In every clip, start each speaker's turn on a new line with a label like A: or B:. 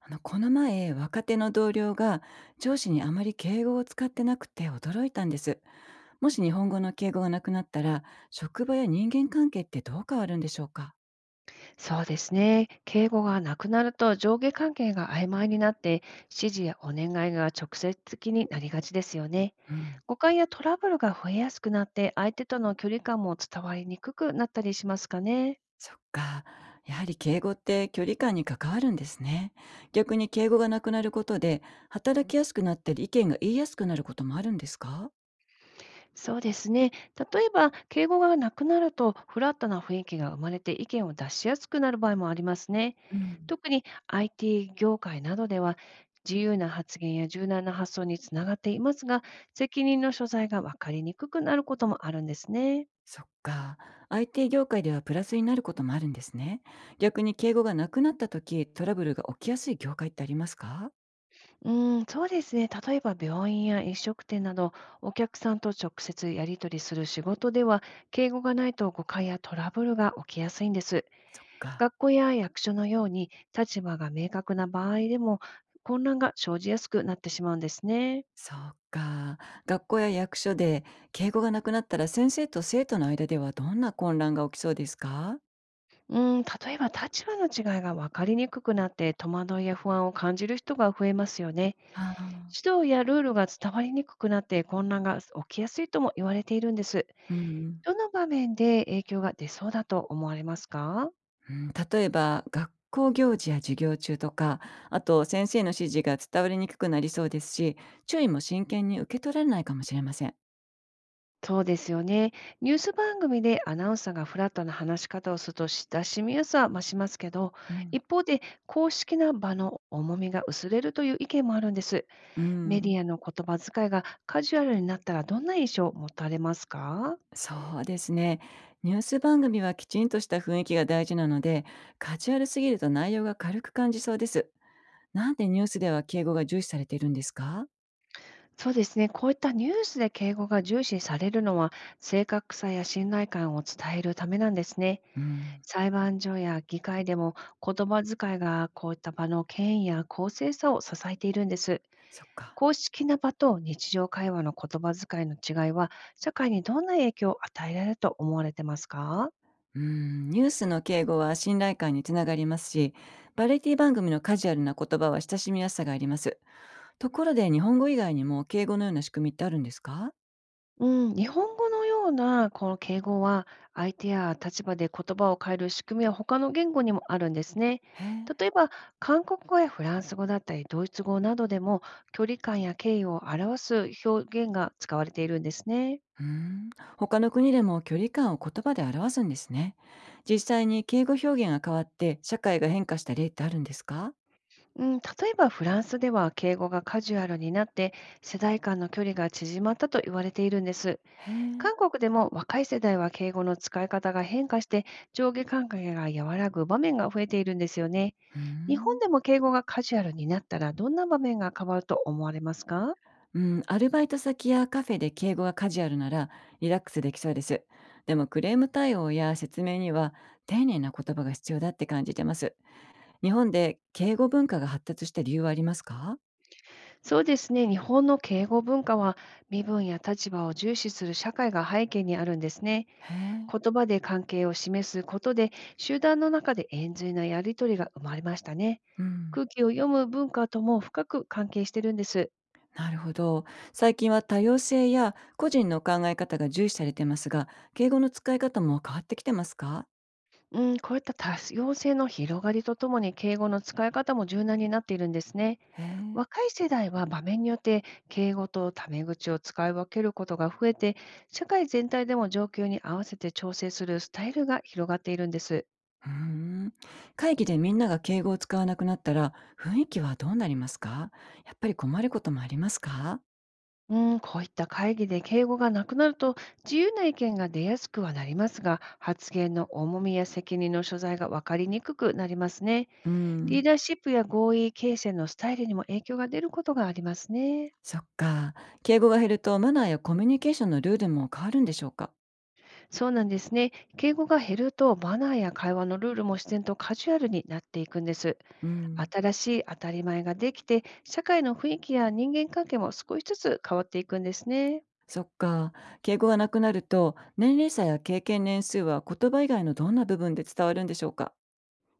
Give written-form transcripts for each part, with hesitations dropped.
A: この前、若手の同僚が上司にあまり敬語を使ってなくて驚いたんです。もし日本語の敬語がなくなったら、職場や人間関係ってどう変わるんでしょうか？
B: そうですね。敬語がなくなると上下関係が曖昧になって、指示やお願いが直接的になりがちですよね。
A: うん、
B: 誤解やトラブルが増えやすくなって、相手との距離感も伝わりにくくなったりしますかね。
A: そっか。やはり敬語って距離感に関わるんですね。逆に敬語がなくなることで、働きやすくなったり意見が言いやすくなることもあるんですか？
B: そうですね。例えば、敬語がなくなると、フラットな雰囲気が生まれて意見を出しやすくなる場合もありますね。
A: うん、
B: 特に IT 業界などでは、自由な発言や柔軟な発想につながっていますが、責任の所在が分かりにくくなることもあるんですね。
A: そっか。IT 業界ではプラスになることもあるんですね。逆に敬語がなくなった時、トラブルが起きやすい業界ってありますか？
B: うん、そうですね。例えば、病院や飲食店など、お客さんと直接やり取りする仕事では、敬語がないと誤解やトラブルが起きやすいんです。
A: そっか。
B: 学校や役所のように立場が明確な場合でも混乱が生じやすくなってしまうんですね。
A: そうか。学校や役所で敬語がなくなったら先生と生徒の間ではどんな混乱が起きそうですか？
B: うん、例えば立場の違いが分かりにくくなって戸惑いや不安を感じる人が増えますよね。
A: ああ、
B: 指導やルールが伝わりにくくなって混乱が起きやすいとも言われているんです。
A: うん、
B: どの場面で影響が出そうだと思われますか？
A: うん、例えば学校行事や授業中とか、あと先生の指示が伝わりにくくなりそうですし、注意も真剣に受け取られないかもしれません。
B: そうですよね。ニュース番組でアナウンサーがフラットな話し方をすると親しみやすさは増しますけど、
A: うん、
B: 一方で公式な場の重みが薄れるという意見もあるんです。
A: う
B: メデ
A: ん、
B: ィアの言葉遣いがカジュアルになったらどんな印象を持たれますか？
A: そうですね。ニュース番組はきちんとした雰囲気が大事なので、カジュアルすぎると内容が軽く感じそうです。なんでニュースでは敬語が重視されているんですか？
B: そうですね。こういったニュースで敬語が重視されるのは、正確さや信頼感を伝えるためなんですね。
A: うーん、
B: 裁判所や議会でも言葉遣いがこういった場の権威や公正さを支えているんです。
A: そっか。
B: 公式な場と日常会話の言葉遣いの違いは、社会にどんな影響を与えられると思われてますか？
A: うーん、ニュースの敬語は信頼感につながりますし、バラエティ番組のカジュアルな言葉は親しみやすさがあります。ところで日本語以外にも敬語のような仕組みってあるんですか？
B: うん、日本語のようなこの敬語は、相手や立場で言葉を変える仕組みは他の言語にもあるんですね。
A: へえ。
B: 例えば、韓国語やフランス語だったり、ドイツ語などでも、距離感や敬意を表す表現が使われているんですね。
A: うーん、他の国でも距離感を言葉で表すんですね。実際に敬語表現が変わって社会が変化した例ってあるんですか？
B: うん、例えばフランスでは敬語がカジュアルになって世代間の距離が縮まったと言われているんです。
A: へえ。
B: 韓国でも若い世代は敬語の使い方が変化して上下関係が和らぐ場面が増えているんですよね。
A: うー
B: 日本
A: ん。
B: でも敬語がカジュアルになったらどんな場面が変わると思われますか？
A: うん、アルバイト先やカフェで敬語がカジュアルならリラックスできそうです。でもクレーム対応や説明には丁寧な言葉が必要だって感じてます。日本で敬語文化が発達した理由はありますか？
B: そうですね。日本の敬語文化は身分や立場を重視する社会が背景にあるんですね。
A: へえ。
B: 言葉で関係を示すことで集団の中で円髄なやり取りが生まれましたね。
A: うん。
B: 空気を読む文化とも深く関係してるんです。
A: なるほど。最近は多様性や個人の考え方が重視されてますが、敬語の使い方も変わってきてますか？
B: うん、こういった多様性の広がりとともに敬語の使い方も柔軟になっているんですね。
A: へえ。
B: 若い世代は場面によって敬語とタメ口を使い分けることが増えて、社会全体でも状況に合わせて調整するスタイルが広がっているんです。
A: うーん。会議でみんなが敬語を使わなくなったら雰囲気はどうなりますか？やっぱり困ることもありますか？
B: うん、こういった会議で敬語がなくなると自由な意見が出やすくはなりますが、発言の重みや責任の所在が分かりにくくなりますね。
A: うー
B: リー
A: ん、
B: ダーシップや合意形成のスタイルにも影響が出ることがありますね。
A: そっか。敬語が減るとマナーやコミュニケーションのルールも変わるんでしょうか？
B: そうなんですね。敬語が減ると、マナーや会話のルールも自然とカジュアルになっていくんです。
A: うーん、
B: 新しい当たり前ができて、社会の雰囲気や人間関係も少しずつ変わっていくんですね。
A: そっか。敬語がなくなると、年齢差や経験年数は言葉以外のどんな部分で伝わるんでしょうか？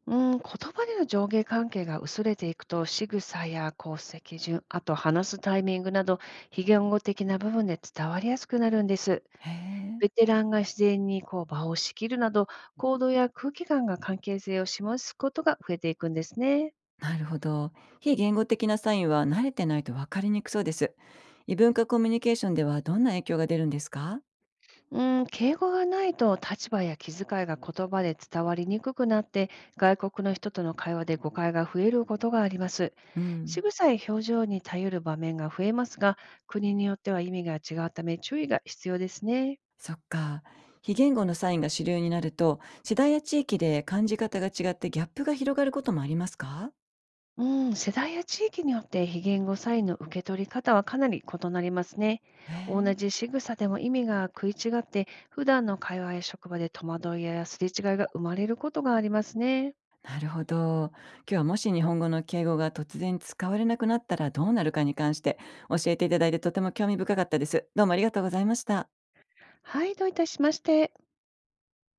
B: うん、言葉での上下関係が薄れていくと、仕草や功績順、あと話すタイミングなど、非言語的な部分で伝わりやすくなるんです。
A: へえ、
B: ベテランが自然にこう場を仕切るなど、行動や空気感が関係性を示すことが増えていくんですね。
A: なるほど。非言語的なサインは慣れてないと分かりにくそうです。異文化コミュニケーションではどんな影響が出るんですか？
B: うーん、敬語がないと立場や気遣いが言葉で伝わりにくくなって、外国の人との会話で誤解が増えることがあります。
A: う
B: 仕
A: ん、
B: 草や表情に頼る場面が増えますが、国によっては意味が違うため注意が必要ですね。
A: そっか。非言語のサインが主流になると、世代や地域で感じ方が違ってギャップが広がることもありますか？
B: うん、世代や地域によって非言語サインの受け取り方はかなり異なりますね。
A: へ
B: 同
A: え。
B: じ仕草でも意味が食い違って、普段の会話や職場で戸惑いやすれ違いが生まれることがありますね。
A: なるほど。今日はもし日本語の敬語が突然使われなくなったらどうなるかに関して教えていただいてとても興味深かったです。どうもありがとうございました。
B: はい、どういたしまして。